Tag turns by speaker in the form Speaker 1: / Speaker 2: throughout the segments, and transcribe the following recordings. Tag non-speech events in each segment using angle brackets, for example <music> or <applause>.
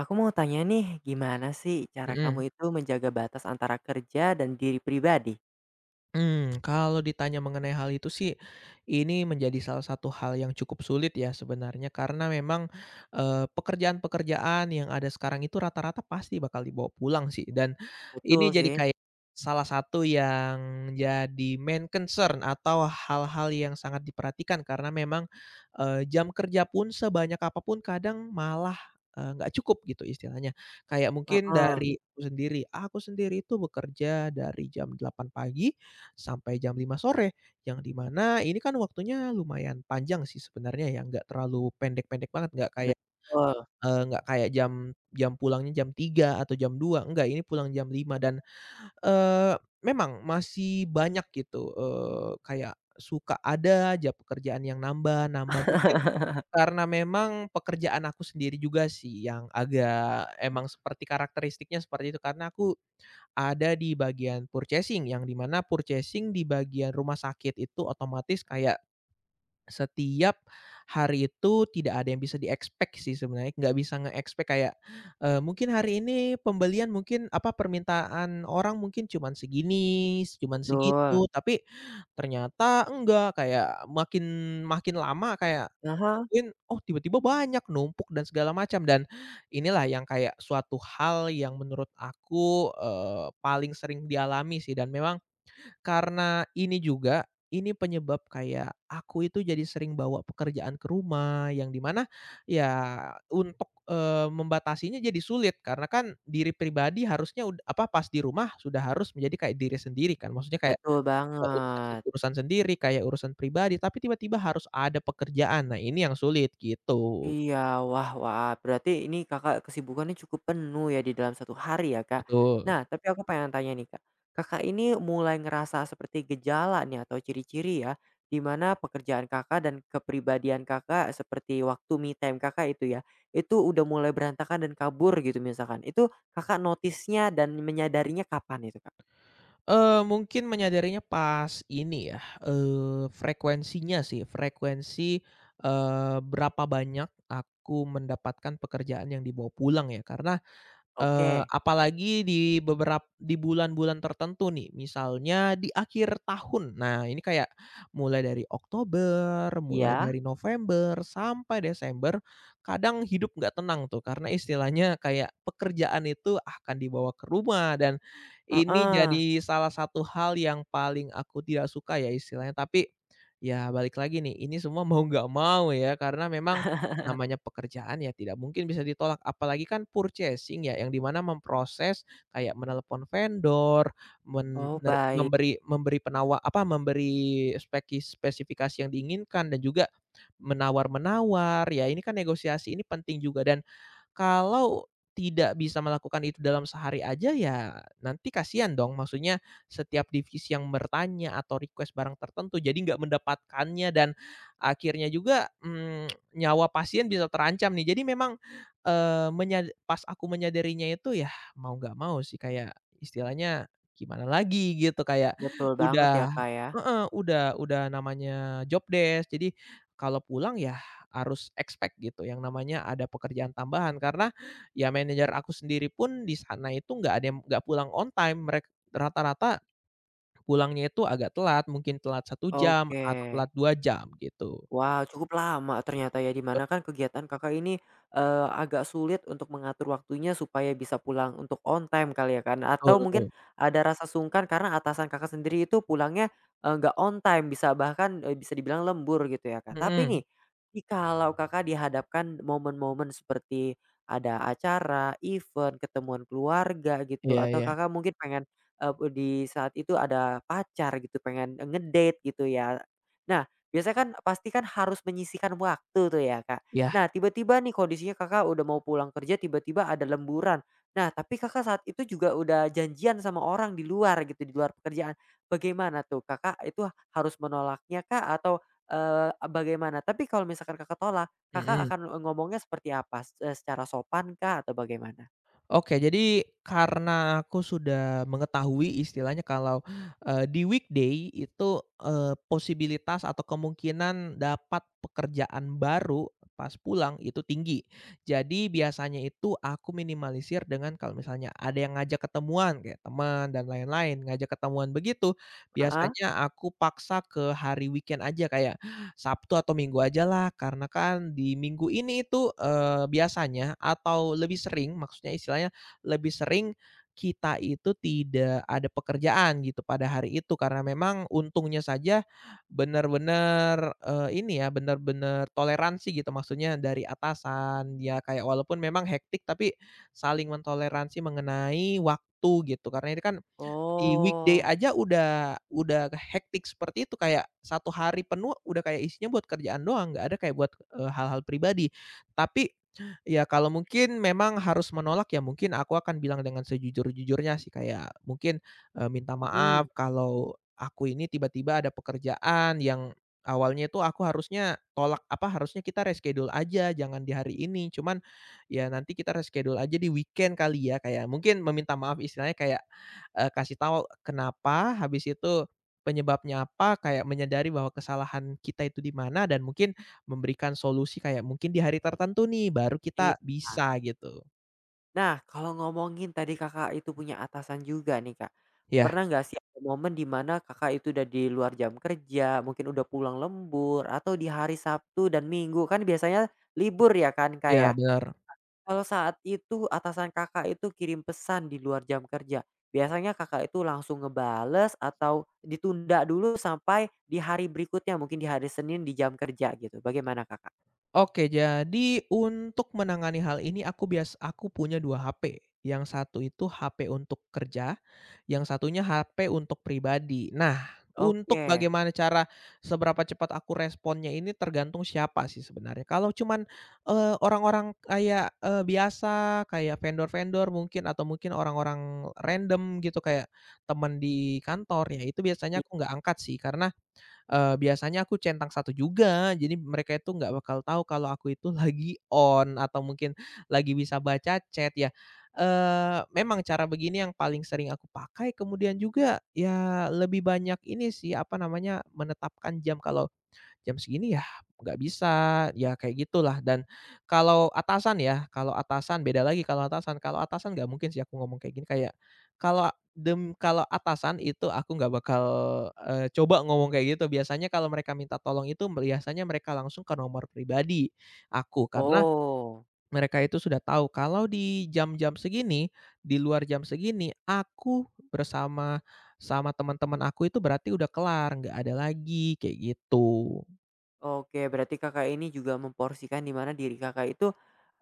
Speaker 1: Aku mau tanya nih, gimana sih cara kamu
Speaker 2: Mhm.
Speaker 1: itu menjaga batas antara kerja dan diri pribadi?
Speaker 2: Kalau ditanya mengenai hal itu sih, ini menjadi salah satu hal yang cukup sulit ya sebenarnya karena memang, pekerjaan-pekerjaan yang ada sekarang itu rata-rata pasti bakal dibawa pulang sih, dan
Speaker 1: Betul
Speaker 2: ini jadi
Speaker 1: sih,
Speaker 2: kayak salah satu yang jadi main concern atau hal-hal yang sangat diperhatikan karena memang, jam kerja pun sebanyak apapun kadang malah, nggak cukup gitu istilahnya. Kayak mungkin
Speaker 1: heeh,
Speaker 2: dari aku sendiri itu bekerja dari jam delapan pagi sampai jam lima sore, yang di mana ini kan waktunya lumayan panjang sih sebenarnya ya, nggak terlalu pendek-pendek banget, nggak kayak,
Speaker 1: betul.
Speaker 2: nggak kayak jam jam pulangnya jam tiga atau jam dua, enggak, ini pulang jam lima dan, eee, memang masih banyak gitu, kayak suka ada aja pekerjaan yang nambah-nambah. Mungkin
Speaker 1: <laughs>
Speaker 2: karena memang pekerjaan aku sendiri juga sih yang agak emang seperti karakteristiknya seperti itu, karena aku ada di bagian purchasing, yang di mana purchasing di bagian rumah sakit itu otomatis kayak setiap hari itu tidak ada yang bisa di-expect sih sebenarnya, nggak bisa nge-expect kayak, mungkin hari ini pembelian mungkin, apa, permintaan orang mungkin cuman segini, cuman
Speaker 1: Betul,
Speaker 2: segitu, tapi ternyata enggak, kayak makin makin lama kayak
Speaker 1: heeh,
Speaker 2: nungguin, oh tiba-tiba banyak, numpuk dan segala macam, dan inilah yang kayak suatu hal yang menurut aku, paling sering dialami sih, dan memang karena ini juga, ini penyebab kayak aku itu jadi sering bawa pekerjaan ke rumah yang di mana ya untuk, membatasinya jadi sulit karena kan diri pribadi harusnya apa, pas di rumah sudah harus menjadi kayak diri sendiri kan, maksudnya kayak,
Speaker 1: betul
Speaker 2: urusan
Speaker 1: banget.
Speaker 2: urusan sendiri, kayak urusan pribadi, tapi tiba-tiba harus ada pekerjaan. Nah, ini yang sulit gitu.
Speaker 1: Iya, wah wah, berarti ini Kakak kesibukannya cukup penuh ya di dalam satu hari ya, Kak.
Speaker 2: Betul.
Speaker 1: Nah, tapi aku pengen tanya nih, Kak. Kakak ini mulai ngerasa seperti gejala nih atau ciri-ciri ya, di mana pekerjaan Kakak dan kepribadian Kakak seperti waktu me time Kakak itu ya, itu udah mulai berantakan dan kabur gitu misalkan. Itu Kakak notisnya dan menyadarinya kapan itu, Kak?
Speaker 2: Mungkin menyadarinya pas ini ya, frekuensinya sih, berapa banyak aku mendapatkan pekerjaan yang dibawa pulang ya, karena,
Speaker 1: Oke,
Speaker 2: apalagi di di bulan-bulan tertentu nih, misalnya di akhir tahun. Nah, ini kayak mulai dari Oktober, mulai
Speaker 1: iya,
Speaker 2: dari November, sampai Desember, kadang hidup nggak tenang tuh, karena istilahnya kayak pekerjaan itu akan dibawa ke rumah, dan ini
Speaker 1: heeh.
Speaker 2: jadi salah satu hal yang paling aku tidak suka ya istilahnya. Tapi, ya balik lagi nih, ini semua mau nggak mau ya, karena memang namanya pekerjaan ya tidak mungkin bisa ditolak, apalagi kan purchasing ya, yang dimana memproses kayak menelepon vendor,
Speaker 1: Oh, baik,
Speaker 2: memberi memberi apa, memberi spesifikasi yang diinginkan dan juga menawar-menawar, ya ini kan negosiasi ini penting juga, dan kalau tidak bisa melakukan itu dalam sehari aja ya nanti kasihan dong, maksudnya setiap divisi yang bertanya atau request barang tertentu jadi nggak mendapatkannya, dan akhirnya juga, nyawa pasien bisa terancam nih. Jadi memang, pas aku menyadarinya itu ya mau nggak mau sih kayak istilahnya gimana lagi gitu, kayak
Speaker 1: betul banget ya,
Speaker 2: udah.
Speaker 1: Kak, ya.
Speaker 2: Heeh, udah namanya job desk, jadi kalau pulang ya harus expect gitu yang namanya ada pekerjaan tambahan karena ya manajer aku sendiri pun di sana itu nggak ada yang nggak pulang on time, mereka rata-rata pulangnya itu agak telat, mungkin telat satu jam
Speaker 1: Oke.
Speaker 2: atau telat 2 jam gitu.
Speaker 1: Wah, cukup lama ternyata ya, di mana kan kegiatan Kakak ini, agak sulit untuk mengatur waktunya supaya bisa pulang untuk on time kali ya kan?
Speaker 2: Betul,
Speaker 1: Atau
Speaker 2: betul.
Speaker 1: mungkin ada rasa sungkan karena atasan Kakak sendiri itu pulangnya, nggak on time, bisa bahkan, bisa dibilang lembur gitu ya, Kak. Tapi
Speaker 2: Mhm.
Speaker 1: nih, jikalau Kakak dihadapkan momen-momen seperti ada acara, event, ketemuan keluarga gitu,
Speaker 2: Iya,
Speaker 1: atau
Speaker 2: iya.
Speaker 1: Kakak mungkin pengen, di saat itu ada pacar gitu, pengen ngedate gitu ya. Nah, biasanya kan pasti kan harus menyisihkan waktu tuh ya, Kak.
Speaker 2: Iya.
Speaker 1: Nah, tiba-tiba nih kondisinya Kakak udah mau pulang kerja, tiba-tiba ada lemburan. Nah, tapi Kakak saat itu juga udah janjian sama orang di luar gitu, di luar pekerjaan. Bagaimana tuh, Kakak itu harus menolaknya kak atau, eee, bagaimana? Tapi kalau misalkan Kakak tolak, Kakak
Speaker 2: Mhm.
Speaker 1: akan ngomongnya seperti apa? Secara sopan kak atau bagaimana?
Speaker 2: Oke, jadi karena aku sudah mengetahui istilahnya kalau, di weekday itu, posibilitas atau kemungkinan dapat pekerjaan baru pas pulang itu tinggi. Jadi biasanya itu aku minimalisir dengan kalau misalnya ada yang ngajak ketemuan kayak teman dan lain-lain, ngajak ketemuan begitu,
Speaker 1: Ah,
Speaker 2: biasanya aku paksa ke hari weekend aja kayak, Sabtu atau Minggu aja lah, karena kan di minggu ini itu, biasanya atau lebih sering, maksudnya istilahnya lebih sering kita itu tidak ada pekerjaan gitu pada hari itu, karena memang untungnya saja benar-benar, ini ya, benar-benar toleransi gitu, maksudnya dari atasan, ya kayak walaupun memang hektik tapi saling mentoleransi mengenai waktu gitu, karena ini kan di weekday
Speaker 1: oh,
Speaker 2: aja udah hektik seperti itu, kayak satu hari penuh udah kayak isinya buat kerjaan doang, nggak ada kayak buat, hal-hal pribadi. Tapi, ya kalau mungkin memang harus menolak ya mungkin aku akan bilang dengan sejujur-jujurnya sih, kayak mungkin, minta
Speaker 1: mhm,
Speaker 2: maaf kalau aku ini tiba-tiba ada pekerjaan yang awalnya itu aku harusnya tolak apa, harusnya kita reschedule aja, jangan di hari ini, cuman ya nanti kita reschedule aja di weekend kali ya, kayak mungkin meminta maaf istilahnya kayak kasih tahu kenapa, habis itu penyebabnya apa, kayak menyadari bahwa kesalahan kita itu di mana, dan mungkin memberikan solusi kayak mungkin di hari tertentu nih baru kita
Speaker 1: iya.
Speaker 2: bisa gitu.
Speaker 1: Nah, kalau ngomongin tadi Kakak itu punya atasan juga nih, Kak.
Speaker 2: Ya,
Speaker 1: Pernah nggak sih ada momen di mana Kakak itu udah di luar jam kerja, mungkin udah pulang lembur, atau di hari Sabtu dan Minggu, kan biasanya libur ya kan, Kak,
Speaker 2: ya
Speaker 1: ya?
Speaker 2: benar.
Speaker 1: Kalau saat itu atasan Kakak itu kirim pesan di luar jam kerja, biasanya Kakak itu langsung ngebales atau ditunda dulu sampai di hari berikutnya, mungkin di hari Senin di jam kerja gitu, bagaimana Kakak?
Speaker 2: Oke, jadi untuk menangani hal ini aku punya 2 HP, yang satu itu HP untuk kerja yang satunya HP untuk pribadi. Nah, untuk
Speaker 1: Oke.
Speaker 2: bagaimana cara seberapa cepat aku responnya ini tergantung siapa sih sebenarnya. Kalau cuman, orang-orang kayak, biasa, kayak vendor-vendor mungkin atau mungkin orang-orang random gitu kayak teman di kantor, ya itu
Speaker 1: I
Speaker 2: biasanya aku nggak angkat sih karena, biasanya aku centang satu juga. Jadi mereka itu nggak bakal tahu kalau aku itu lagi on atau mungkin lagi bisa baca chat ya. Eh, memang cara begini yang paling sering aku pakai kemudian juga ya lebih banyak ini sih, apa namanya, menetapkan jam kalau jam segini ya nggak bisa, ya kayak gitulah, dan kalau atasan ya, kalau atasan beda lagi kalau atasan. Kalau atasan nggak mungkin sih aku ngomong kayak gini, kayak kalau kalau atasan itu aku nggak bakal, coba ngomong kayak gitu. Biasanya kalau mereka minta tolong itu biasanya mereka langsung ke nomor pribadi aku, karena
Speaker 1: oh.
Speaker 2: mereka itu sudah tahu kalau di jam-jam segini, di luar jam segini, aku bersama sama teman-teman aku itu berarti udah kelar, nggak ada lagi, kayak gitu.
Speaker 1: Oke, berarti Kakak ini juga memporsikan di mana diri Kakak itu,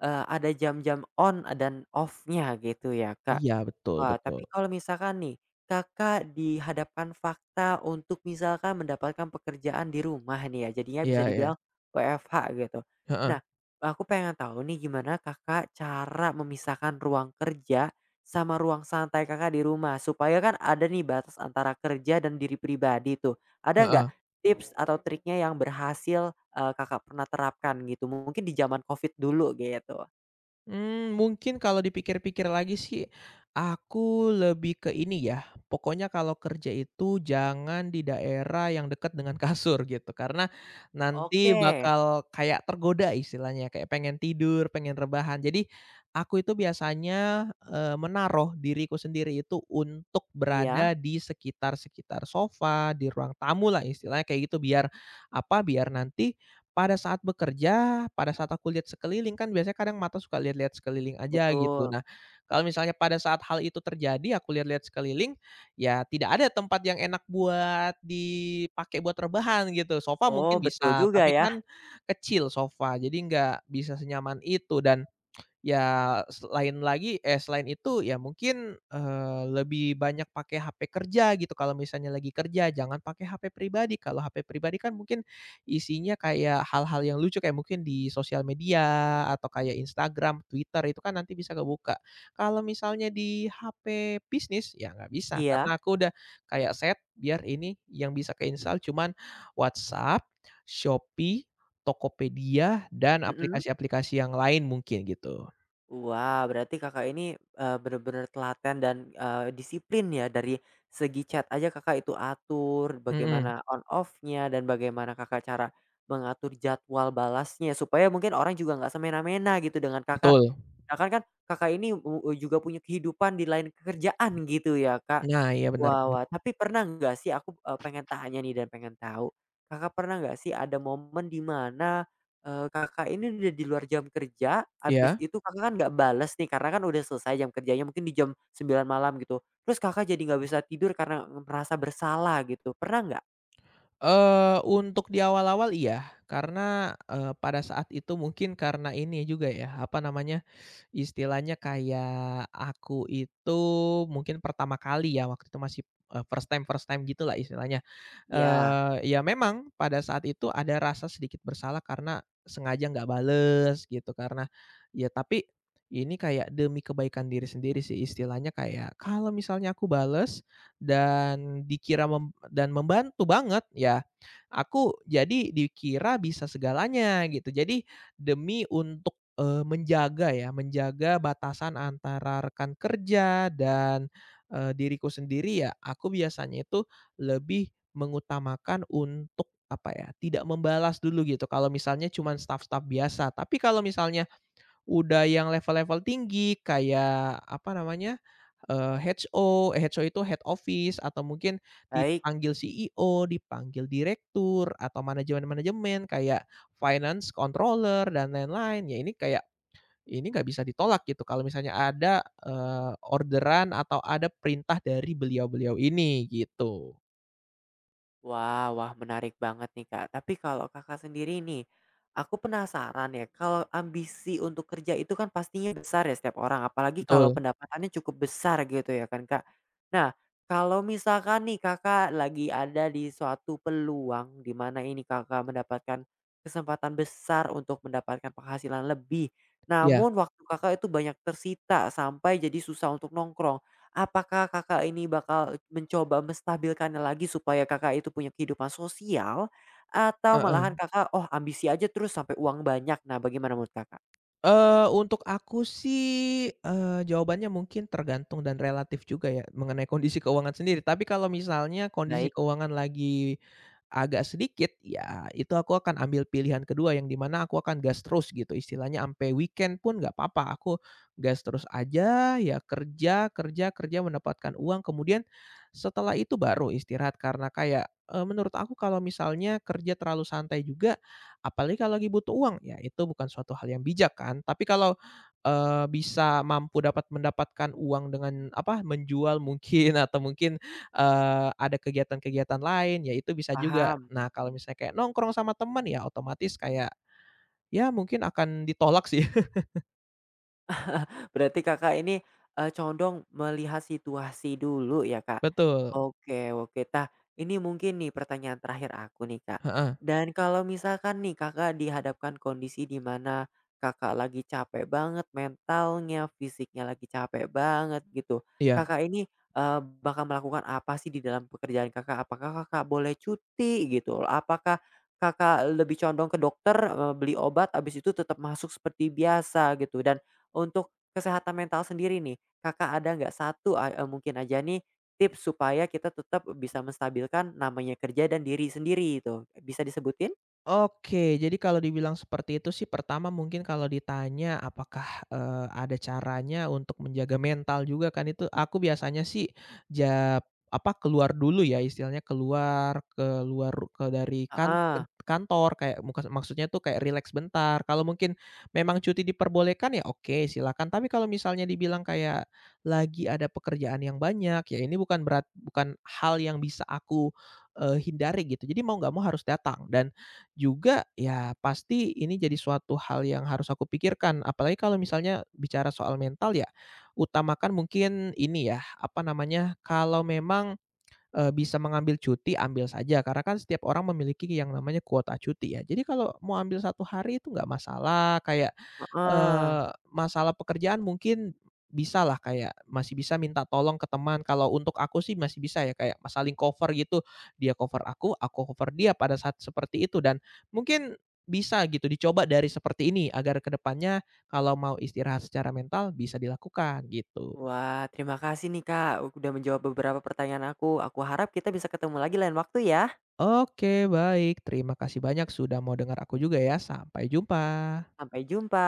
Speaker 1: ada jam-jam on dan off-nya gitu ya, Kak.
Speaker 2: Iya, betul,
Speaker 1: Wah,
Speaker 2: betul.
Speaker 1: tapi kalau misalkan nih, Kakak dihadapkan fakta untuk misalkan mendapatkan pekerjaan di rumah nih ya, jadinya bisa
Speaker 2: Iya, iya.
Speaker 1: dibilang WFH gitu.
Speaker 2: Heeh,
Speaker 1: Nah, aku pengen tahu nih gimana Kakak cara memisahkan ruang kerja sama ruang santai Kakak di rumah? Supaya kan ada nih batas antara kerja dan diri pribadi tuh, ada nggak
Speaker 2: heeh.
Speaker 1: tips atau triknya yang berhasil, Kakak pernah terapkan gitu mungkin di zaman Covid dulu gitu.
Speaker 2: Mungkin kalau dipikir-pikir lagi sih, aku lebih ke ini ya, pokoknya kalau kerja itu jangan di daerah yang dekat dengan <laughs> kasur gitu, karena nanti
Speaker 1: Oke,
Speaker 2: bakal kayak tergoda istilahnya, kayak pengen tidur, pengen rebahan. Jadi, aku itu biasanya, menaruh diriku sendiri itu untuk
Speaker 1: iya,
Speaker 2: berada di sekitar-sekitar sofa, di ruang tamulah istilahnya kayak gitu, biar apa, biar nanti pada saat bekerja, pada saat aku lihat sekeliling, kan biasanya kadang mata suka lihat-lihat sekeliling aja gitu.
Speaker 1: betul.
Speaker 2: Nah, kalau misalnya pada saat hal itu terjadi, aku lihat-lihat sekeliling, ya tidak ada tempat yang enak buat dipakai buat rebahan gitu. Sofa
Speaker 1: Oh
Speaker 2: mungkin
Speaker 1: betul
Speaker 2: bisa,
Speaker 1: juga
Speaker 2: tapi kan
Speaker 1: ya.
Speaker 2: kecil sofa, jadi nggak bisa senyaman itu, dan ya, selain itu ya mungkin, lebih banyak pakai HP kerja gitu kalau misalnya lagi kerja, jangan pakai HP pribadi. Kalau HP pribadi kan mungkin isinya kayak hal-hal yang lucu kayak mungkin di sosial media atau kayak Instagram, Twitter, itu kan nanti bisa kebuka. Kalau misalnya di HP bisnis, ya nggak bisa karena
Speaker 1: Iya,
Speaker 2: aku udah kayak set biar ini yang bisa keinstal cuman WhatsApp, Shopee, Tokopedia, dan
Speaker 1: mhm.
Speaker 2: aplikasi-aplikasi yang lain mungkin gitu.
Speaker 1: Wah, berarti Kakak ini, bener-bener telaten dan, disiplin ya dari segi chat aja Kakak itu atur
Speaker 2: Mhm,
Speaker 1: bagaimana on off-nya dan bagaimana Kakak cara mengatur jadwal balasnya supaya mungkin orang juga nggak semena-mena gitu dengan Kakak.
Speaker 2: betul.
Speaker 1: Sedangkan kan Kakak ini u juga punya kehidupan di lain pekerjaan gitu ya, Kak.
Speaker 2: Nah, iya benar,
Speaker 1: Wah
Speaker 2: benar.
Speaker 1: wah, tapi pernah nggak sih aku, pengen tanya nih dan pengen tahu, Kakak pernah nggak sih ada momen di mana Kakak ini udah di luar jam kerja, habis
Speaker 2: Iya?
Speaker 1: itu Kakak kan nggak bales nih karena kan udah selesai jam kerjanya mungkin di jam sembilan malam gitu. Terus Kakak jadi nggak bisa tidur karena merasa bersalah gitu, pernah nggak?
Speaker 2: Untuk di awal-awal iya, karena, pada saat itu mungkin karena ini juga ya, apa namanya, istilahnya kayak aku itu mungkin pertama kali ya waktu itu masih, first time gitulah istilahnya,
Speaker 1: Ya,
Speaker 2: ya memang pada saat itu ada rasa sedikit bersalah karena sengaja nggak bales gitu karena ya tapi ini kayak demi kebaikan diri sendiri sih istilahnya kayak kalau misalnya aku bales dan membantu banget ya aku jadi dikira bisa segalanya gitu jadi demi un menjaga ya, menjaga batasan antara rekan kerja dan, diriku sendiri ya, aku biasanya itu lebih mengutamakan untuk, apa ya, tidak membalas dulu gitu kalau misalnya cuman staff-staff biasa. Tapi kalau misalnya udah yang level-level tinggi kayak, apa namanya, HO, eh, HO itu head office, atau mungkin
Speaker 1: baik.
Speaker 2: dipanggil CEO, dipanggil direktur atau manajemen-manajemen kayak finance controller dan lain-lain. Ya ini kayak ini nggak bisa ditolak gitu kalau misalnya ada, orderan atau ada perintah dari beliau-beliau ini gitu.
Speaker 1: Wah wah, menarik banget nih, Kak. Tapi kalau Kakak sendiri nih, aku penasaran ya, kalau ambisi untuk kerja itu kan pastinya besar ya setiap orang, apalagi kalau
Speaker 2: Betul,
Speaker 1: pendapatannya cukup besar gitu ya kan, Kak. Nah, kalau misalkan nih Kakak lagi ada di suatu peluang di mana ini Kakak mendapatkan kesempatan besar untuk mendapatkan penghasilan lebih,
Speaker 2: iya,
Speaker 1: namun waktu Kakak itu banyak tersita sampai jadi susah untuk nongkrong. Apakah Kakak ini bakal mencoba menstabilkannya lagi supaya Kakak itu punya kehidupan sosial atau
Speaker 2: heeh.
Speaker 1: malahan Kakak, oh ambisi aja terus sampai uang banyak? Nah, bagaimana menurut Kakak?
Speaker 2: Untuk aku sih, jawabannya mungkin tergantung dan relatif juga ya, mengenai kondisi keuangan sendiri. Tapi kalau misalnya kondisi
Speaker 1: Baik,
Speaker 2: keuangan lagi agak sedikit, ya itu aku akan ambil pilihan kedua yang di mana aku akan gas terus gitu, istilahnya ampe weekend pun nggak papa, aku gas terus aja, ya kerja, kerja, kerja mendapatkan uang, kemudian setelah itu baru istirahat. Karena kayak, menurut aku kalau misalnya kerja terlalu santai juga apalagi kalau lagi butuh uang, ya itu bukan suatu hal yang bijak kan. Tapi kalau, bisa mampu dapat mendapatkan uang dengan apa, menjual mungkin <laughs> atau mungkin, ada kegiatan-kegiatan lain, ya itu bisa juga.
Speaker 1: paham.
Speaker 2: Nah, kalau misalnya kayak nongkrong sama teman, ya otomatis kayak, ya mungkin akan ditolak sih. <laughs>
Speaker 1: Berarti Kakak ini, condong melihat situasi dulu ya, Kak?
Speaker 2: Betul,
Speaker 1: Oke oke. Tah, ini mungkin nih pertanyaan terakhir aku nih, Kak.
Speaker 2: heeh,
Speaker 1: Dan kalau misalkan nih Kakak dihadapkan kondisi di mana Kakak lagi capek banget mentalnya, fisiknya lagi capek banget gitu.
Speaker 2: iya.
Speaker 1: Kakak ini, bakal melakukan apa sih di dalam pekerjaan Kakak? Apakah Kakak boleh cuti gitu? Apakah Kakak lebih condong ke dokter, beli obat, abis itu tetap masuk seperti biasa gitu? Dan untuk kesehatan mental sendiri nih, Kakak ada nggak satu a mungkin aja nih tips supaya kita tetap bisa menstabilkan namanya kerja dan diri sendiri itu, bisa disebutin?
Speaker 2: Oke, jadi kalau dibilang seperti itu sih pertama mungkin kalau ditanya apakah, ada caranya untuk menjaga mental juga kan itu aku biasanya sih ja apa, keluar dulu ya istilahnya keluar keluar dari kan
Speaker 1: Ah,
Speaker 2: kantor kayak muka maksudnya tuh kayak rileks bentar, kalau mungkin memang cuti diperbolehkan ya oke silakan, tapi kalau misalnya dibilang kayak lagi ada pekerjaan yang banyak, ya ini bukan bukan hal yang bisa aku, hindari gitu, jadi mau nggak mau harus datang, dan juga ya pasti ini jadi suatu hal yang harus aku pikirkan, apalagi kalau misalnya bicara soal mental ya, utamakan mungkin ini ya, apa namanya, kalau memang bisa mengambil cuti, ambil saja karena kan setiap orang memiliki yang namanya kuota cuti ya. Jadi kalau mau ambil satu hari itu nggak masalah, kayak,
Speaker 1: ah.
Speaker 2: masalah pekerjaan mungkin bisalah kayak masih bisa minta tolong ke teman. Kalau untuk aku sih masih bisa ya kayak saling cover gitu, dia cover aku cover dia pada saat seperti itu, dan mungkin bisa gitu dicoba dari seperti ini agar kedepannya kalau mau istirahat secara mental bisa dilakukan gitu.
Speaker 1: Wah, terima kasih nih, Kak, udah menjawab beberapa pertanyaan aku. Aku harap kita bisa ketemu lagi lain waktu ya.
Speaker 2: Oke, baik. Terima kasih banyak sudah mau dengar aku juga ya. Sampai jumpa.
Speaker 1: Sampai jumpa.